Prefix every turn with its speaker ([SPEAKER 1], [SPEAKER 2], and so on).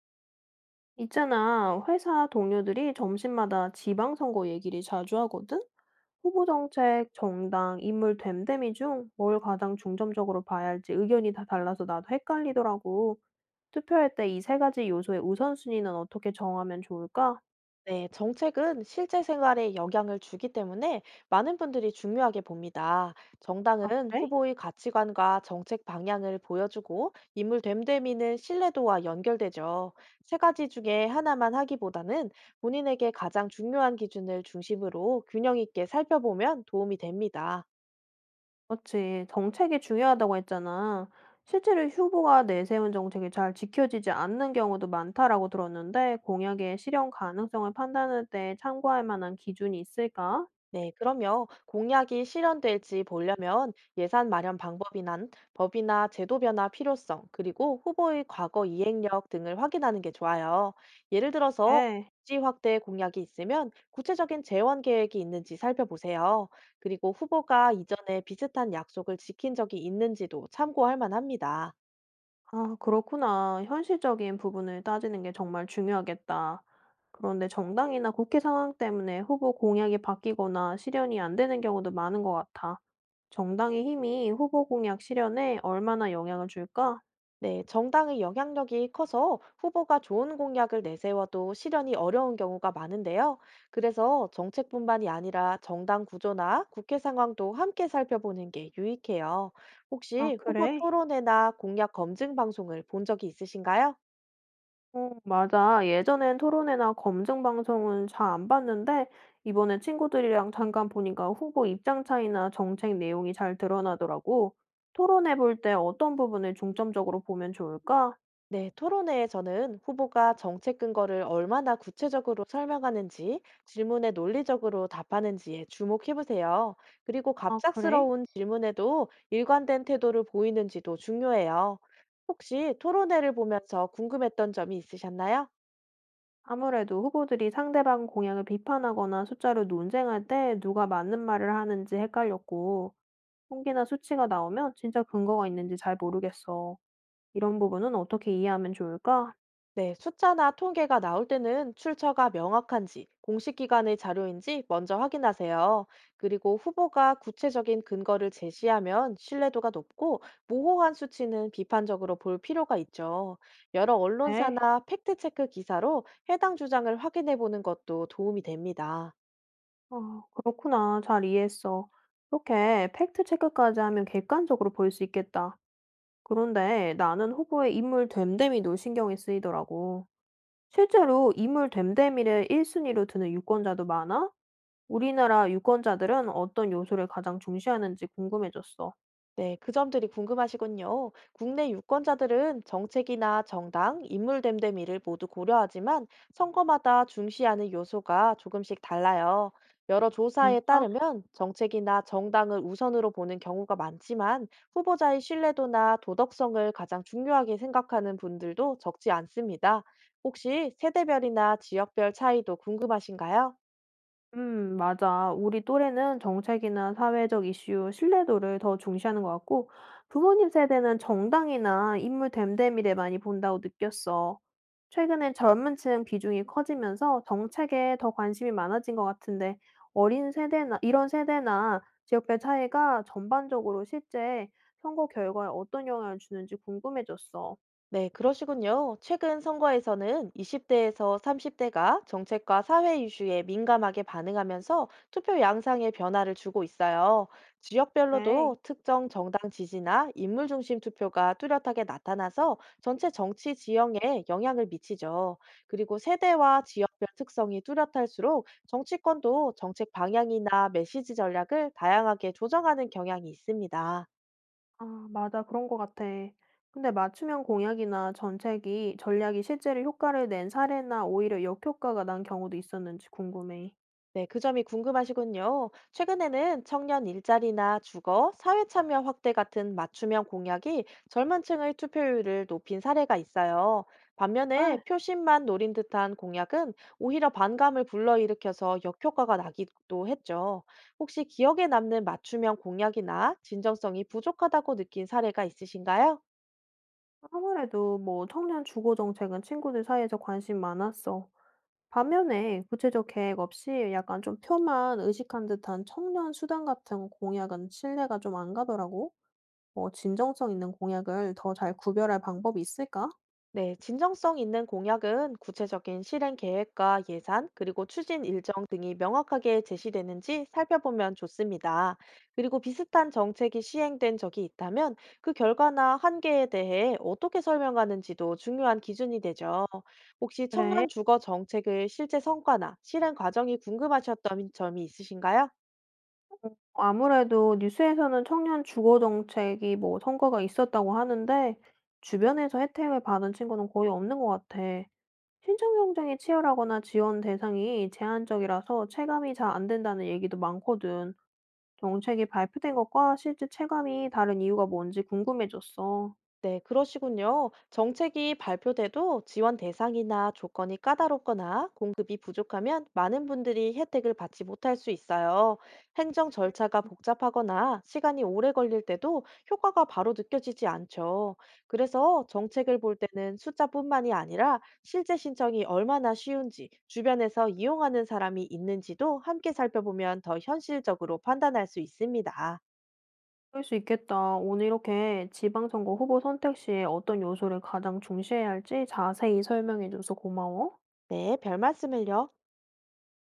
[SPEAKER 1] 있잖아, 회사 동료들이 점심마다 지방선거 얘기를 자주 하거든? 후보 정책, 정당, 인물 됨됨이 중 뭘 가장 중점적으로 봐야 할지 의견이 다 달라서 나도 헷갈리더라고. 투표할 때 이 세 가지 요소의 우선순위는 어떻게 정하면 좋을까?
[SPEAKER 2] 네, 정책은 실제 생활에 영향을 주기 때문에 많은 분들이 중요하게 봅니다.
[SPEAKER 1] 아,
[SPEAKER 2] 정당은
[SPEAKER 1] 그래?
[SPEAKER 2] 후보의 가치관과 정책 방향을 보여주고 인물 됨됨이는 신뢰도와 연결되죠. 세 가지 중에 하나만 하기보다는 본인에게 가장 중요한 기준을 중심으로 균형 있게 살펴보면 도움이 됩니다.
[SPEAKER 1] 그렇지. 정책이 중요하다고 했잖아. 실제로 후보가 내세운 정책이 잘 지켜지지 않는 경우도 많다라고 들었는데, 공약의 실현 가능성을 판단할 때 참고할 만한 기준이 있을까?
[SPEAKER 2] 네, 그럼요. 공약이 실현될지 보려면 예산 마련 방법이나 법이나 제도 변화 필요성, 그리고 후보의 과거 이행력 등을 확인하는 게 좋아요. 예를 들어서
[SPEAKER 1] 네.
[SPEAKER 2] 복지 확대 공약이 있으면 구체적인 재원 계획이 있는지 살펴보세요. 그리고 후보가 이전에 비슷한 약속을 지킨 적이 있는지도 참고할 만합니다.
[SPEAKER 1] 아 그렇구나. 현실적인 부분을 따지는 게 정말 중요하겠다. 그런데 정당이나 국회 상황 때문에 후보 공약이 바뀌거나 실현이 안 되는 경우도 많은 것 같아. 정당의 힘이 후보 공약 실현에 얼마나 영향을 줄까?
[SPEAKER 2] 네, 정당의 영향력이 커서 후보가 좋은 공약을 내세워도 실현이 어려운 경우가 많은데요. 그래서 정책뿐만이 아니라 정당 구조나 국회 상황도 함께 살펴보는 게 유익해요.
[SPEAKER 1] 아,
[SPEAKER 2] 혹시 후보
[SPEAKER 1] 그래?
[SPEAKER 2] 토론회나 공약 검증 방송을 본 적이 있으신가요?
[SPEAKER 1] 맞아. 예전엔 토론회나 검증 방송은 잘 안 봤는데, 이번에 친구들이랑 잠깐 보니까 후보 입장 차이나 정책 내용이 잘 드러나더라고. 토론해 볼 때 어떤 부분을 중점적으로 보면 좋을까?
[SPEAKER 2] 네, 토론회에서는 후보가 정책 근거를 얼마나 구체적으로 설명하는지, 질문에 논리적으로 답하는지에 주목해 보세요. 그리고
[SPEAKER 1] 아, 그래?
[SPEAKER 2] 갑작스러운 질문에도 일관된 태도를 보이는지도 중요해요. 혹시 토론회를 보면서 궁금했던 점이 있으셨나요?
[SPEAKER 1] 아무래도 후보들이 상대방 공약을 비판하거나 숫자로 논쟁할 때 누가 맞는 말을 하는지 헷갈렸고, 통계나 수치가 나오면 진짜 근거가 있는지 잘 모르겠어. 이런 부분은 어떻게 이해하면 좋을까?
[SPEAKER 2] 네, 숫자나 통계가 나올 때는 출처가 명확한지, 공식 기관의 자료인지 먼저 확인하세요. 그리고 후보가 구체적인 근거를 제시하면 신뢰도가 높고, 모호한 수치는 비판적으로 볼 필요가 있죠. 여러
[SPEAKER 1] 네,
[SPEAKER 2] 언론사나 팩트체크 기사로 해당 주장을 확인해 보는 것도 도움이 됩니다.
[SPEAKER 1] 그렇구나. 잘 이해했어. 이렇게 팩트 체크까지 하면 객관적으로 볼 수 있겠다. 그런데 나는 후보의 인물 됨됨이도 신경이 쓰이더라고. 실제로 인물 됨됨이를 1순위로 드는 유권자도 많아? 우리나라 유권자들은 어떤 요소를 가장 중시하는지 궁금해졌어.
[SPEAKER 2] 네, 그 점들이 궁금하시군요. 국내 유권자들은 정책이나 정당, 인물 됨됨이를 모두 고려하지만 선거마다 중시하는 요소가 조금씩 달라요. 여러 조사에
[SPEAKER 1] 진짜?
[SPEAKER 2] 따르면 정책이나 정당을 우선으로 보는 경우가 많지만 후보자의 신뢰도나 도덕성을 가장 중요하게 생각하는 분들도 적지 않습니다. 혹시 세대별이나 지역별 차이도 궁금하신가요?
[SPEAKER 1] 맞아. 우리 또래는 정책이나 사회적 이슈, 신뢰도를 더 중시하는 것 같고, 부모님 세대는 정당이나 인물 됨됨이를 많이 본다고 느꼈어. 최근엔 젊은 층 비중이 커지면서 정책에 더 관심이 많아진 것 같은데, 이런 세대나 지역별 차이가 전반적으로 실제 선거 결과에 어떤 영향을 주는지 궁금해졌어.
[SPEAKER 2] 네, 그러시군요. 최근 선거에서는 20대에서 30대가 정책과 사회 이슈에 민감하게 반응하면서 투표 양상의 변화를 주고 있어요.
[SPEAKER 1] 그래.
[SPEAKER 2] 지역별로도 특정 정당 지지나 인물 중심 투표가 뚜렷하게 나타나서 전체 정치 지형에 영향을 미치죠. 그리고 세대와 지역별 특성이 뚜렷할수록 정치권도 정책 방향이나 메시지 전략을 다양하게 조정하는 경향이 있습니다.
[SPEAKER 1] 아 맞아. 그런 것 같아. 근데 맞춤형 공약이나 정책이 전략이 실제로 효과를 낸 사례나 오히려 역효과가 난 경우도 있었는지 궁금해.
[SPEAKER 2] 네, 그 점이 궁금하시군요. 최근에는 청년 일자리나 주거, 사회 참여 확대 같은 맞춤형 공약이 젊은 층의 투표율을 높인 사례가 있어요. 반면에
[SPEAKER 1] 정말?
[SPEAKER 2] 표심만 노린 듯한 공약은 오히려 반감을 불러일으켜서 역효과가 나기도 했죠. 혹시 기억에 남는 맞춤형 공약이나 진정성이 부족하다고 느낀 사례가 있으신가요?
[SPEAKER 1] 아무래도 뭐 청년 주거 정책은 친구들 사이에서 관심 많았어. 반면에 구체적 계획 없이 약간 좀 표만 의식한 듯한 청년 수당 같은 공약은 신뢰가 좀 안 가더라고. 뭐 진정성 있는 공약을 더 잘 구별할 방법이 있을까?
[SPEAKER 2] 네, 진정성 있는 공약은 구체적인 실행 계획과 예산, 그리고 추진 일정 등이 명확하게 제시되는지 살펴보면 좋습니다. 그리고 비슷한 정책이 시행된 적이 있다면 그 결과나 한계에 대해 어떻게 설명하는지도 중요한 기준이 되죠. 혹시
[SPEAKER 1] 그래.
[SPEAKER 2] 청년 주거 정책의 실제 성과나 실행 과정이 궁금하셨던 점이 있으신가요?
[SPEAKER 1] 아무래도 뉴스에서는 청년 주거 정책이 뭐 성과가 있었다고 하는데 주변에서 혜택을 받은 친구는 거의 없는 것 같아. 신청 경쟁이 치열하거나 지원 대상이 제한적이라서 체감이 잘 안 된다는 얘기도 많거든. 정책이 발표된 것과 실제 체감이 다른 이유가 뭔지 궁금해졌어.
[SPEAKER 2] 네, 그러시군요. 정책이 발표돼도 지원 대상이나 조건이 까다롭거나 공급이 부족하면 많은 분들이 혜택을 받지 못할 수 있어요. 행정 절차가 복잡하거나 시간이 오래 걸릴 때도 효과가 바로 느껴지지 않죠. 그래서 정책을 볼 때는 숫자뿐만이 아니라 실제 신청이 얼마나 쉬운지, 주변에서 이용하는 사람이 있는지도 함께 살펴보면 더 현실적으로 판단할 수 있습니다.
[SPEAKER 1] 그럴 수 있겠다. 오늘 이렇게 지방선거 후보 선택 시에 어떤 요소를 가장 중시해야 할지 자세히 설명해줘서 고마워.
[SPEAKER 2] 네, 별 말씀을요.